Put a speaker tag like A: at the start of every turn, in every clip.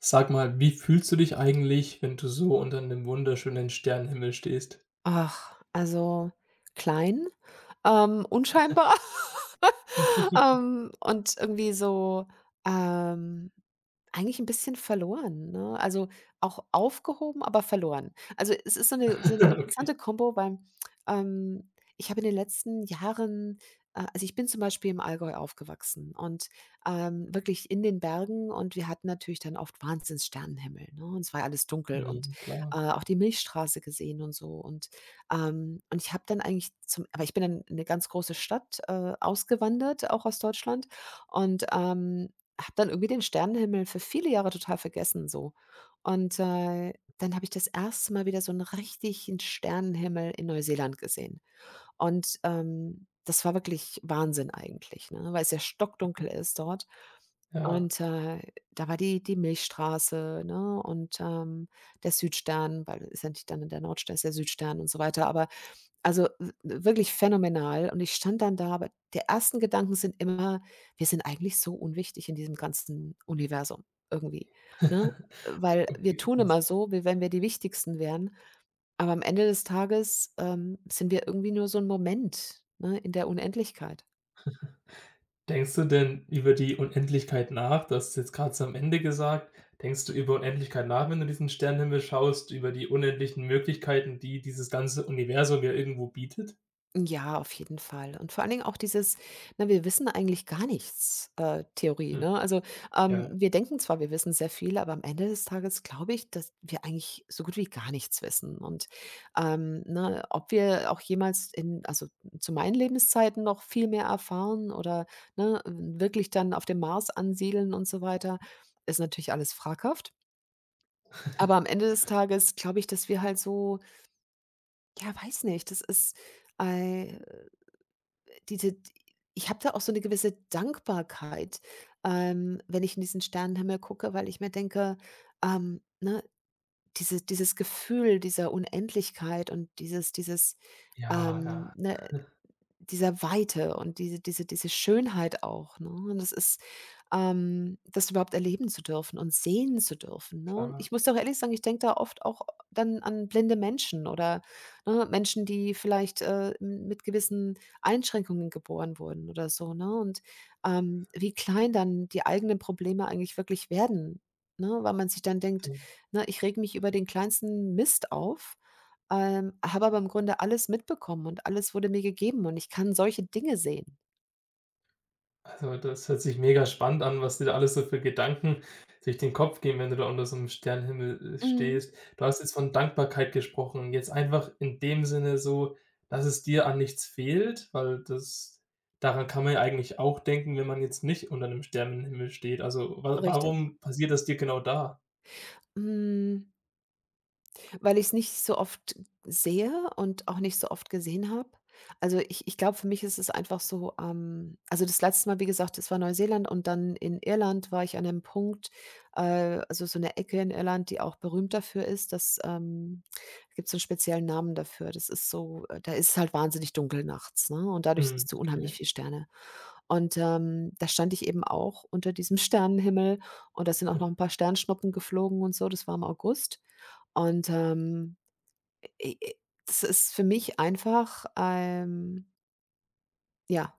A: Sag mal, wie fühlst du dich eigentlich, wenn du so unter 'nem wunderschönen Sternenhimmel stehst?
B: Ach, also klein, unscheinbar, und irgendwie so, ähm, eigentlich ein bisschen verloren, ne? Also, auch aufgehoben, aber verloren. Also, es ist so eine so 'ne
A: Okay.
B: interessante Kombo, weil, ich habe in den letzten Jahren also ich bin zum Beispiel im Allgäu aufgewachsen und, wirklich in den Bergen und wir hatten natürlich dann oft Wahnsinns Sternenhimmel, ne, und es war ja alles dunkel und,
A: Mhm, klar,
B: auch die Milchstraße gesehen und so. Und, ich habe dann eigentlich zum aber ich bin dann in 'ne ganz große Stadt, ausgewandert, auch aus Deutschland und, habe dann irgendwie den Sternenhimmel für viele Jahre total vergessen so. Und, dann habe ich das erste Mal wieder so einen richtigen Sternenhimmel in Neuseeland gesehen. Und, das war wirklich Wahnsinn eigentlich, ne, weil es ja stockdunkel ist dort.
A: ja.
B: Und, da war die Milchstraße, ne, und, der Südstern, weil es ist ja nicht dann in der Nordstern, ist der Südstern und so weiter. Aber also, w wirklich phänomenal und ich stand dann da, aber der ersten Gedanken sind immer: „Wir sind eigentlich so unwichtig in diesem ganzen Universum irgendwie", ne? Weil wir
A: Okay.
B: tun immer so, wie wenn wir die Wichtigsten wären, aber am Ende des Tages, sind wir irgendwie nur so ein Moment, ne, in der Unendlichkeit.
A: Denkst du denn über die Unendlichkeit nach? Das ist jetzt gerade so am Ende gesagt. Denkst du über Unendlichkeit nach, wenn du diesen Sternenhimmel schaust, über die unendlichen Möglichkeiten, die dieses ganze Universum ja irgendwo bietet?
B: Ja, auf jeden Fall. Und vor allen Dingen auch dieses, na, wir wissen eigentlich gar nichts, Theorie,
A: Hm,
B: ne? Also,
A: ja.
B: wir denken zwar, wir wissen sehr viel, aber am Ende des Tages glaube ich, dass wir eigentlich so gut wie gar nichts wissen. Und ne, ob wir auch jemals in, also zu meinen Lebenszeiten noch viel mehr erfahren oder, ne, wirklich dann auf dem Mars ansiedeln und so weiter, ist natürlich alles fraghaft. Aber am Ende des Tages glaube ich, dass wir halt so, ja, weiß nicht, das ist äh, diese, ich habe da auch so eine gewisse Dankbarkeit, wenn ich in diesen Sternenhimmel gucke, weil ich mir denke, ne, diese dieses Gefühl dieser Unendlichkeit und dieses dieses,
A: Ja, ja,
B: ne dieser Weite und diese Schönheit auch, ne? Und das ist, das überhaupt erleben zu dürfen und sehen zu dürfen, ne? Und
A: klar.
B: ich muss doch ehrlich sagen, ich denke da oft auch dann an blinde Menschen oder, ne, Menschen, die vielleicht, m mit gewissen Einschränkungen geboren wurden oder so, ne? Und, wie klein dann die eigenen Probleme eigentlich wirklich werden, ne? Weil man sich dann denkt, ne: „Ich reg mich über den kleinsten Mist auf." Habe aber im Grunde alles mitbekommen und alles wurde mir gegeben und ich kann solche Dinge sehen.
A: Also, das hört sich mega spannend an, was dir da alles so für Gedanken durch den Kopf gehen, wenn du da unter so 'nem Sternenhimmel,
B: Mhm.
A: stehst. Du hast jetzt von Dankbarkeit gesprochen. Jetzt einfach in dem Sinne so, dass es dir an nichts fehlt, weil das daran kann man ja eigentlich auch denken, wenn man jetzt nicht unter 'nem Sternenhimmel steht. Also, wa
B: Richtig.
A: warum passiert das dir genau da?
B: Hm, Weil ich es nicht so oft sehe und auch nicht so oft gesehen habe. Also, ich glaube, für mich ist es einfach so, also, das letzte Mal, wie gesagt, das war Neuseeland. Und dann in Irland war ich an einem Punkt, äh, also, so 'ne Ecke in Irland, die auch berühmt dafür ist, dass, gibt's so 'n speziellen Namen dafür. Das ist so, da ist es halt wahnsinnig dunkel nachts, ne, und dadurch
A: Mhm,
B: siehst du unheimlich
A: okay,
B: viele Sterne. Und, da stand ich eben auch unter diesem Sternenhimmel und da sind auch noch ein paar Sternschnuppen geflogen und so, das war im August. Und, e e das ist für mich einfach, ja,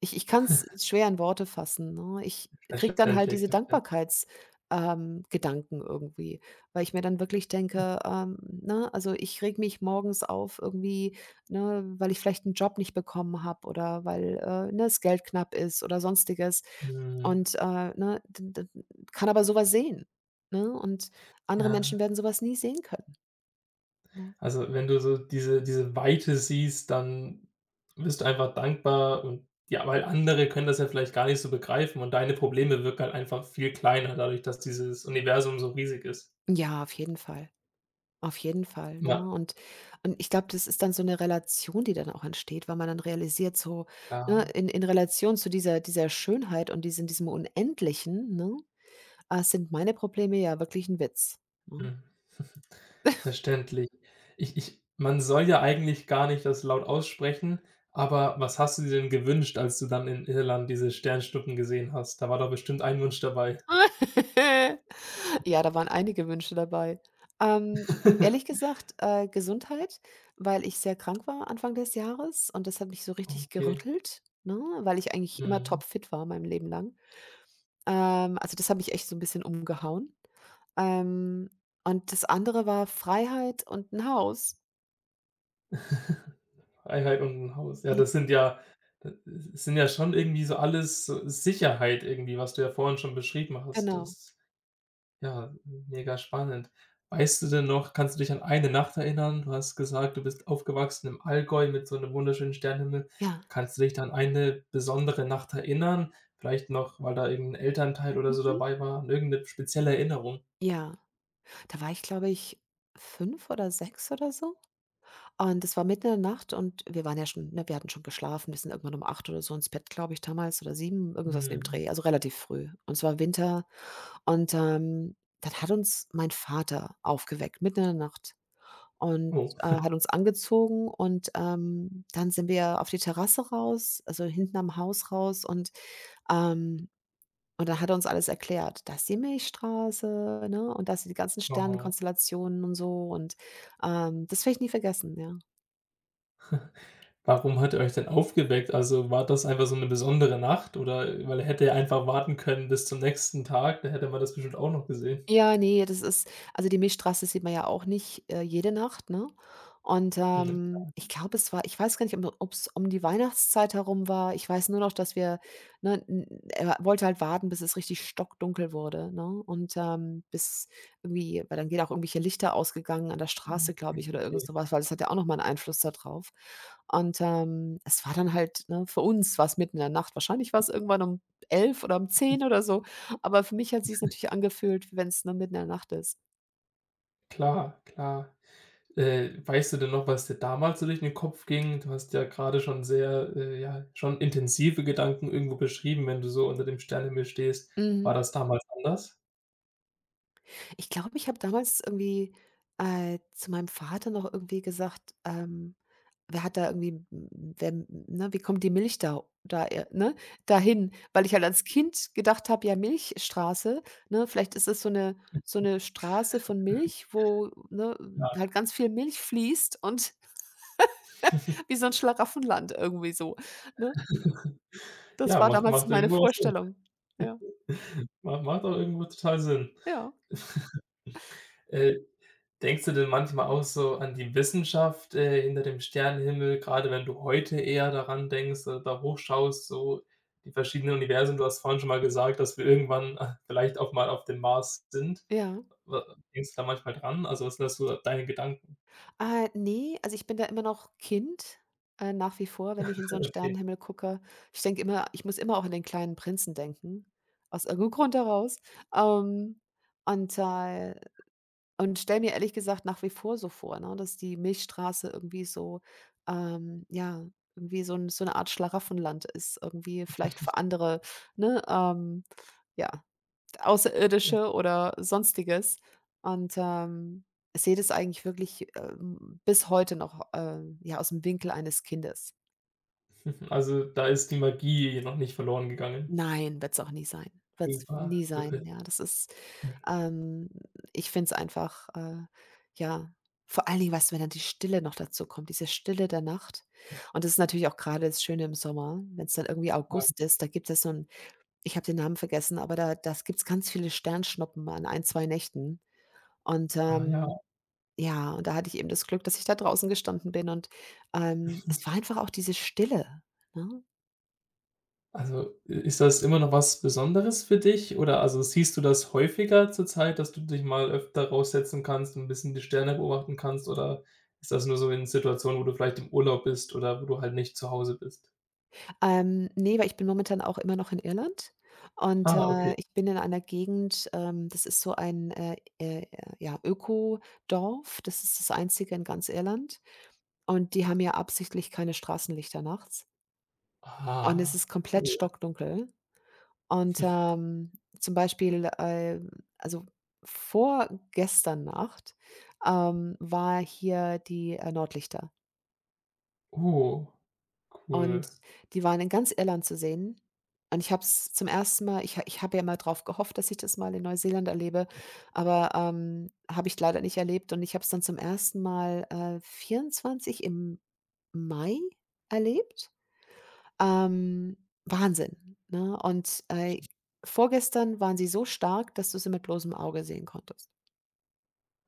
B: ich kann's schwer in Worte fassen, ne? Ich kriege dann halt
A: verständlich,
B: diese
A: verständ
B: Dankbarkeits Gedanken irgendwie, weil ich mir dann wirklich denke, ne, also ich rege mich morgens auf irgendwie, ne, weil ich vielleicht 'n Job nicht bekommen habe oder weil, ne, das Geld knapp ist oder Sonstiges
A: Mhm,
B: und, ne, d d kann aber so was sehen, ne? Und andere
A: ja.
B: Menschen werden so was nie sehen können, ne?
A: Also, wenn du so diese Weite siehst, dann bist du einfach dankbar und ja, weil andere können das ja vielleicht gar nicht so begreifen und deine Probleme wirken halt einfach viel kleiner dadurch, dass dieses Universum so riesig ist.
B: Ja, auf jeden Fall. Auf jeden Fall, ne?
A: Ja,
B: Und ich glaube, das ist dann so eine Relation, die dann auch entsteht, weil man dann realisiert, so, ne,
A: klar.
B: in Relation zu dieser Schönheit und diesen diesem Unendlichen, ne, sind meine Probleme ja wirklich ein Witz, ne?
A: Mhm. Verständlich. Ich man soll ja eigentlich gar nicht das laut aussprechen, aber was hast du dir denn gewünscht, als du dann in Irland diese Sternschnuppen gesehen hast? Da war doch bestimmt ein Wunsch dabei.
B: Ja, da waren einige Wünsche dabei. Ähm, Ehrlich gesagt, Gesundheit, weil ich sehr krank war Anfang des Jahres und das hat mich so richtig
A: Okay.
B: gerüttelt, ne, weil ich eigentlich immer
A: Mhm.
B: topfit war mein Leben lang. Also, das hat mich echt so ein bisschen umgehauen. Ähm, und das andere war Freiheit und 'n Haus.
A: Freiheit und 'n Haus. Ja,
B: Ja,
A: das sind ja das sind ja schon irgendwie so alles so Sicherheit irgendwie, was du ja vorhin schon beschrieben hast.
B: genau.
A: Das ja, mega spannend. Weißt du denn noch kannst du dich an eine Nacht erinnern? Du hast gesagt, du bist aufgewachsen im Allgäu mit so 'nem wunderschönen Sternenhimmel.
B: Ja.
A: Kannst du dich da an eine besondere Nacht erinnern? Vielleicht noch, weil da irgend 'n Elternteil oder so
B: Mhm.
A: dabei war, an irgend 'ne spezielle Erinnerung?
B: Ja. Da war ich, glaube ich, 5 oder 6 oder so. Und es war mitten in der Nacht und wir waren ja schon, ne, wir hatten schon geschlafen. Wir sind irgendwann um 8 oder so ins Bett, glaube ich, damals, oder sieben, irgendwas in dem
A: Mhm.
B: Dreh, also relativ früh. Und es war Winter und, dann hat uns mein Vater aufgeweckt, mitten in der Nacht, und,
A: Oh.
B: hat uns angezogen und, dann sind wir auf die Terrasse raus, also hinten am Haus raus. Und Ähm, und dann hat er uns alles erklärt. Das ist die Milchstraße, ne, und das sind die ganzen
A: Oh.
B: Sternenkonstellationen und so, und, das werde ich nie vergessen, ja.
A: Warum hat er euch denn aufgeweckt? Also, war das einfach so 'ne besondere Nacht oder weil er hätte ja einfach warten können bis zum nächsten Tag, da hätte man das bestimmt auch noch gesehen.
B: Ja, nee, das ist also, die Milchstraße sieht man ja auch nicht, jede Nacht, ne? Und,
A: Hm,
B: ich glaube, es war, ich weiß gar nicht, ob es um die Weihnachtszeit herum war. Ich weiß nur noch, dass wir, ne n er wollte halt warten, bis es richtig stockdunkel wurde, ne? Und, bis, irgendwie, weil dann geht auch irgendwelche Lichter ausgegangen an der
A: hm,
B: Straße, glaube ich, oder irgend
A: okay,
B: so was, weil das hat ja auch noch mal 'n Einfluss da drauf. Und, es war dann halt, ne, für uns war es mitten in der Nacht. Wahrscheinlich war es irgendwann um 11 oder um 10 oder so. Aber für mich hat sich's natürlich angefühlt, wie wenn's, ne, mitten in der Nacht ist.
A: klar, klar. Weißt du denn noch, was dir damals so durch den Kopf ging? Du hast ja grade schon sehr, ja schon intensive Gedanken irgendwo beschrieben, wenn du so unter dem Sternenhimmel stehst. War
B: Mhm.
A: das damals anders?
B: Ich glaube, ich habe damals irgendwie, zu meinem Vater noch irgendwie gesagt, wer hat da irgendwie, m m wer, ne, wie kommt die Milch da, ne, dahin? Weil ich halt als Kind gedacht habe, ja, Milchstraße, ne, vielleicht ist es so 'ne, Straße von Milch, wo, ne,
A: Ja.
B: halt ganz viel Milch fließt und wie so 'n Schlaraffenland irgendwie so, ne? Das
A: Ja,
B: war
A: macht
B: damals so
A: macht
B: meine
A: irgendwo auch Sinn.
B: Vorstellung. Ja,
A: Ma macht auch irgendwo total Sinn.
B: ja,
A: Äh Denkst du denn manchmal auch so an die Wissenschaft, hinter dem Sternenhimmel, gerade wenn du heute eher daran denkst oder da hochschaust, so die verschiedenen Universen? Du hast vorhin schon mal gesagt, dass wir irgendwann, vielleicht auch mal auf dem Mars sind.
B: ja.
A: Wa denkst du da manchmal dran? Also, was sind das so deine Gedanken?
B: Ne, also, ich bin da immer noch Kind, nach wie vor, wenn ich in so 'n
A: Okay.
B: Sternenhimmel gucke. Ich denke immer, ich muss immer auch an den kleinen Prinzen denken, aus irgendeinem Grund heraus. Ähm, und, äh und stelle mir ehrlich gesagt nach wie vor so vor, ne, dass die Milchstraße irgendwie so, ja, irgendwie so 'n, so 'ne Art Schlaraffenland ist, irgendwie vielleicht für andere, ne? Ja. Außerirdische oder Sonstiges. Und, ich sehe das eigentlich wirklich, bis heute noch, ja, aus'm Winkel eines Kindes.
A: Mhm. Also, da ist die Magie noch nicht verloren gegangen.
B: Nein, wird es auch nie sein. Wird es
A: Super.
B: nie
A: Okay.
B: sein, ja. Das ist ähm, ich finde es einfach, ja, vor allen Dingen, weißt du, wenn dann die Stille noch dazu kommt, diese Stille der Nacht. Und das ist natürlich auch gerade das Schöne im Sommer, wenn es dann irgendwie
A: Ah,
B: August ist, da gibt es so ein, ich habe den Namen vergessen, aber da, das gibt es ganz viele Sternschnuppen an ein, 2 Nächten. Und,
A: ah, ja.
B: ja, und da hatte ich eben das Glück, dass ich da draußen gestanden bin und, es war einfach auch diese Stille, ne?
A: Also, ist das immer noch was Besonderes für dich? Oder also siehst du das häufiger zurzeit, dass du dich mal öfter raussetzen kannst und ein bisschen die Sterne beobachten kannst? Oder ist das nur so in Situationen, wo du vielleicht im Urlaub bist oder wo du halt nicht zu Hause bist?
B: Ne, weil ich bin momentan auch immer noch in Irland und,
A: Ah, okay.
B: ich bin in einer Gegend, das ist so ein, ja, Ökodorf. Das ist das einzige in ganz Irland und die haben ja absichtlich keine Straßenlichter nachts, und es
A: Ah,
B: ist komplett
A: cool.
B: stockdunkel. Und, zum Beispiel, also vorgestern Nacht, war hier die, Nordlichter
A: Oh,
B: und
A: cool.
B: die waren in ganz Irland zu sehen. Und ich habe es zum ersten Mal ich ha ich habe ja immer drauf gehofft, dass ich das mal in Neuseeland erlebe, aber, habe ich leider nicht erlebt, und ich habe es dann zum ersten Mal, 24 im Mai erlebt. Ähm, Wahnsinn, ne? Und, vorgestern waren sie so stark, dass du sie mit bloßem Auge sehen konntest.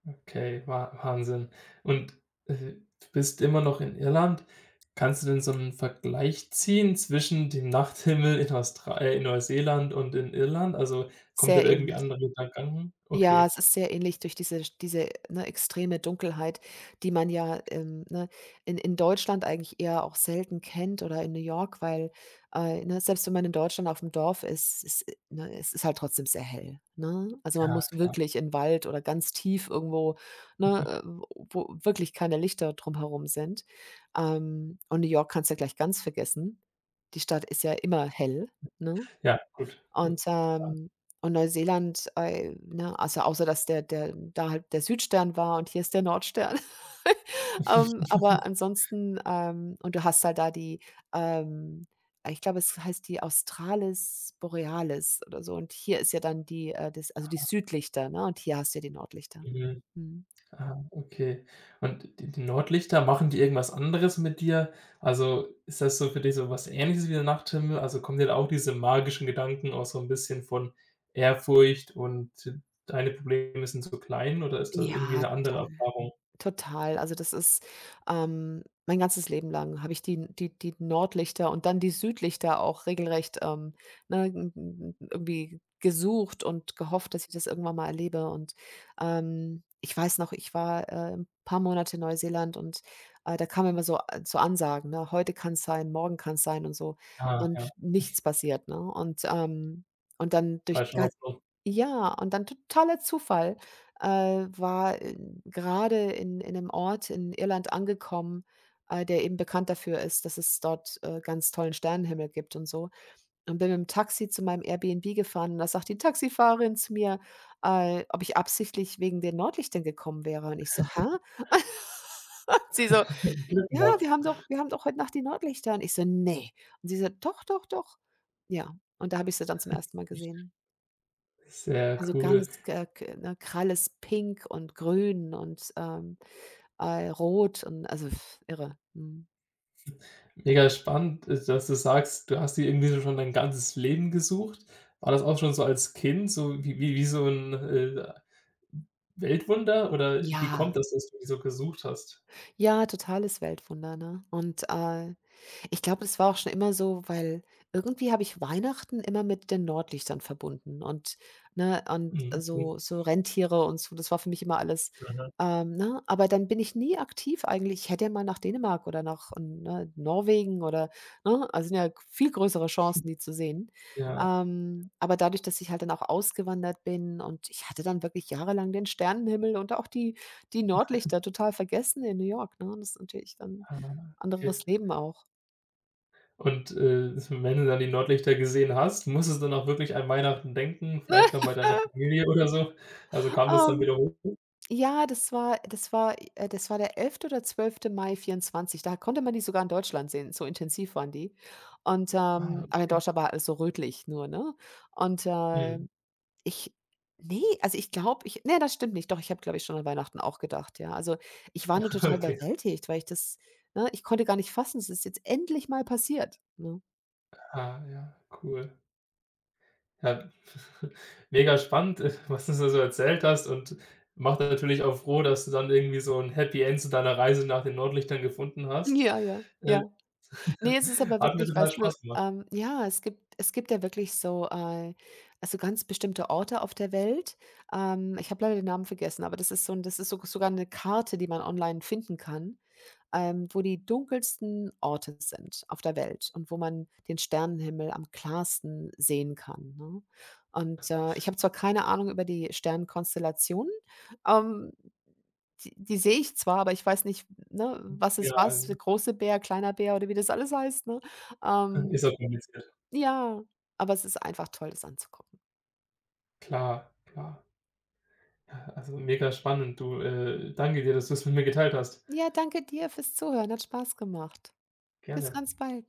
A: Okay, Wa Wahnsinn. Und, äh, du bist immer noch in Irland. Kannst du denn so einen Vergleich ziehen zwischen dem Nachthimmel in Austra in Neuseeland und in Irland? Also, kommt dir
B: Sehr
A: da irgendwie
B: ähnlich.
A: andere Gedanken?
B: Ja,
A: Okay,
B: es ist sehr ähnlich durch diese, ne, extreme Dunkelheit, die man ja, ne, in Deutschland eigentlich eher auch selten kennt, oder in New York, weil, ne, selbst wenn man in Deutschland auf dem Dorf ist, es ne, es ist halt trotzdem sehr hell, ne? Also, man
A: ja.
B: muss wirklich in den Wald oder ganz tief irgendwo, ne, wo wirklich keine Lichter drumherum sind. Und New York kannst du ja gleich ganz vergessen. Die Stadt ist ja immer hell, ne?
A: Ja, gut.
B: Und, ähm und Neuseeland, ne, also, außer dass der da halt der Südstern war und hier ist der Nordstern. Aber ansonsten, und du hast halt da die, ähm ich glaube, es heißt die Australis Borealis oder so, und hier ist ja dann die, das also die Südlichter, ne, und hier hast du ja die Nordlichter.
A: Mhm.
B: Mhm.
A: Ah, okay. Und die Nordlichter, machen die irgendwas anderes mit dir? Also, ist das so für dich so was Ähnliches wie der Nachthimmel? Also, kommen dir da auch diese magischen Gedanken auch so ein bisschen von Ehrfurcht und deine Probleme sind so klein oder ist das irgendwie
B: Ja,
A: eine andere
B: total.
A: Erfahrung?
B: Total. Also, das ist, mein ganzes Leben lang habe ich die Nordlichter und dann die Südlichter auch regelrecht, ne, n n irgendwie gesucht und gehofft, dass ich das irgendwann mal erlebe. Und, ich weiß noch, ich war, 'n paar Monate in Neuseeland, und, da kamen immer so so Ansagen, ne: „Heute kann es sein, morgen kann es sein" und so,
A: Ah,
B: und
A: ja,
B: nichts passiert, ne? Und dann durch
A: falsche Hoffnung.
B: ja, und dann totaler Zufall, äh, war, äh, grade in einem Ort in Irland angekommen, der eben bekannt dafür ist, dass es dort, ganz tollen Sternenhimmel gibt und so. Und bin mit dem Taxi zu meinem Airbnb gefahren, und da sagt die Taxifahrerin zu mir, ob ich absichtlich wegen den Nordlichtern gekommen wäre. Und ich so: „Hä?" Und sie so:
A: Glück
B: „Ja, wir haben doch heute Nacht die Nordlichter." Und ich so: nee. Und sie so: „Doch, doch, doch." Ja, und da habe ich sie dann zum ersten Mal gesehen.
A: Sehr
B: Also
A: cool.
B: ganz k k ne, grelles Pink und Grün und, Rot, und also pff, irre. Mhm.
A: Mega spannend, dass du sagst, du hast die irgendwie so schon dein ganzes Leben gesucht. War das auch schon so als Kind, so wie so ein Weltwunder oder wie
B: Ja,
A: kommt das, dass du die so gesucht hast?
B: ja, totales Weltwunder, ne? Und, ich glaube, das war auch schon immer so, weil irgendwie habe ich Weihnachten immer mit den Nordlichtern verbunden, und ne, und
A: Mhm. Mhm.
B: so so Rentiere und so, das war für mich immer alles, ne? Aber dann bin ich nie aktiv, eigentlich ich hätte ja mal nach Dänemark oder nach, ne, Norwegen oder, ne? Also, sind ja viel größere Chancen, die zu sehen.
A: Ja,
B: Aber dadurch, dass ich halt dann auch ausgewandert bin, und ich hatte dann wirklich jahrelang den Sternenhimmel und auch die die Nordlichter total vergessen in New York, ne? Das ist natürlich dann
A: ah, okay.
B: anderes Leben auch.
A: Und, wenn du dann die Nordlichter gesehen hast, musstest du dann auch wirklich an Weihnachten denken, vielleicht noch bei deiner Familie oder so? Also, kam das dann
B: Ähm,
A: wieder hoch?
B: ja, das war der 11. oder 12. Mai 24. Da konnte man die sogar in Deutschland sehen, so intensiv waren die. Und,
A: Ah,
B: aber in Deutschland war alles so rötlich nur, ne? Und,
A: mhm,
B: ich nee, also, ich glaube, das stimmt nicht. Doch, ich habe, glaube ich, schon an Weihnachten auch gedacht, ja. Also, ich war nur total
A: okay.
B: überwältigt, weil ich das ne, ich konnte gar nicht fassen, es ist jetzt endlich mal passiert, ne?
A: Ah, ja, cool. Ja, mega spannend, was du da so erzählt hast und macht natürlich auch froh, dass du dann irgendwie so 'n Happy End zu deiner Reise nach den Nordlichtern gefunden hast.
B: Ja. Ja, ja,
A: Äh,
B: ja. Ne, es ist aber
A: hat mir
B: wirklich,
A: total
B: weißt du,
A: Spaß gemacht.
B: ja, es gibt ja wirklich so, also, ganz bestimmte Orte auf der Welt. Ich habe leider den Namen vergessen, aber das ist so 'n das ist so sogar eine Karte, die man online finden kann, wo die dunkelsten Orte sind auf der Welt und wo man den Sternenhimmel am klarsten sehen kann, ne? Und, ich habe zwar keine Ahnung über die Sternenkonstellationen, ähm die die sehe ich zwar, aber ich weiß nicht, ne, was ist
A: Ja,
B: was, der große Bär, kleiner Bär oder wie das alles heißt, ne? Ähm,
A: ist auch kompliziert.
B: ja, aber es ist einfach toll, das anzugucken.
A: Klar, klar. Ja, also mega spannend, du, danke dir, dass du es mit mir geteilt hast.
B: Ja, danke dir fürs Zuhören, hat Spaß gemacht. Bis
A: Gerne.
B: ganz bald.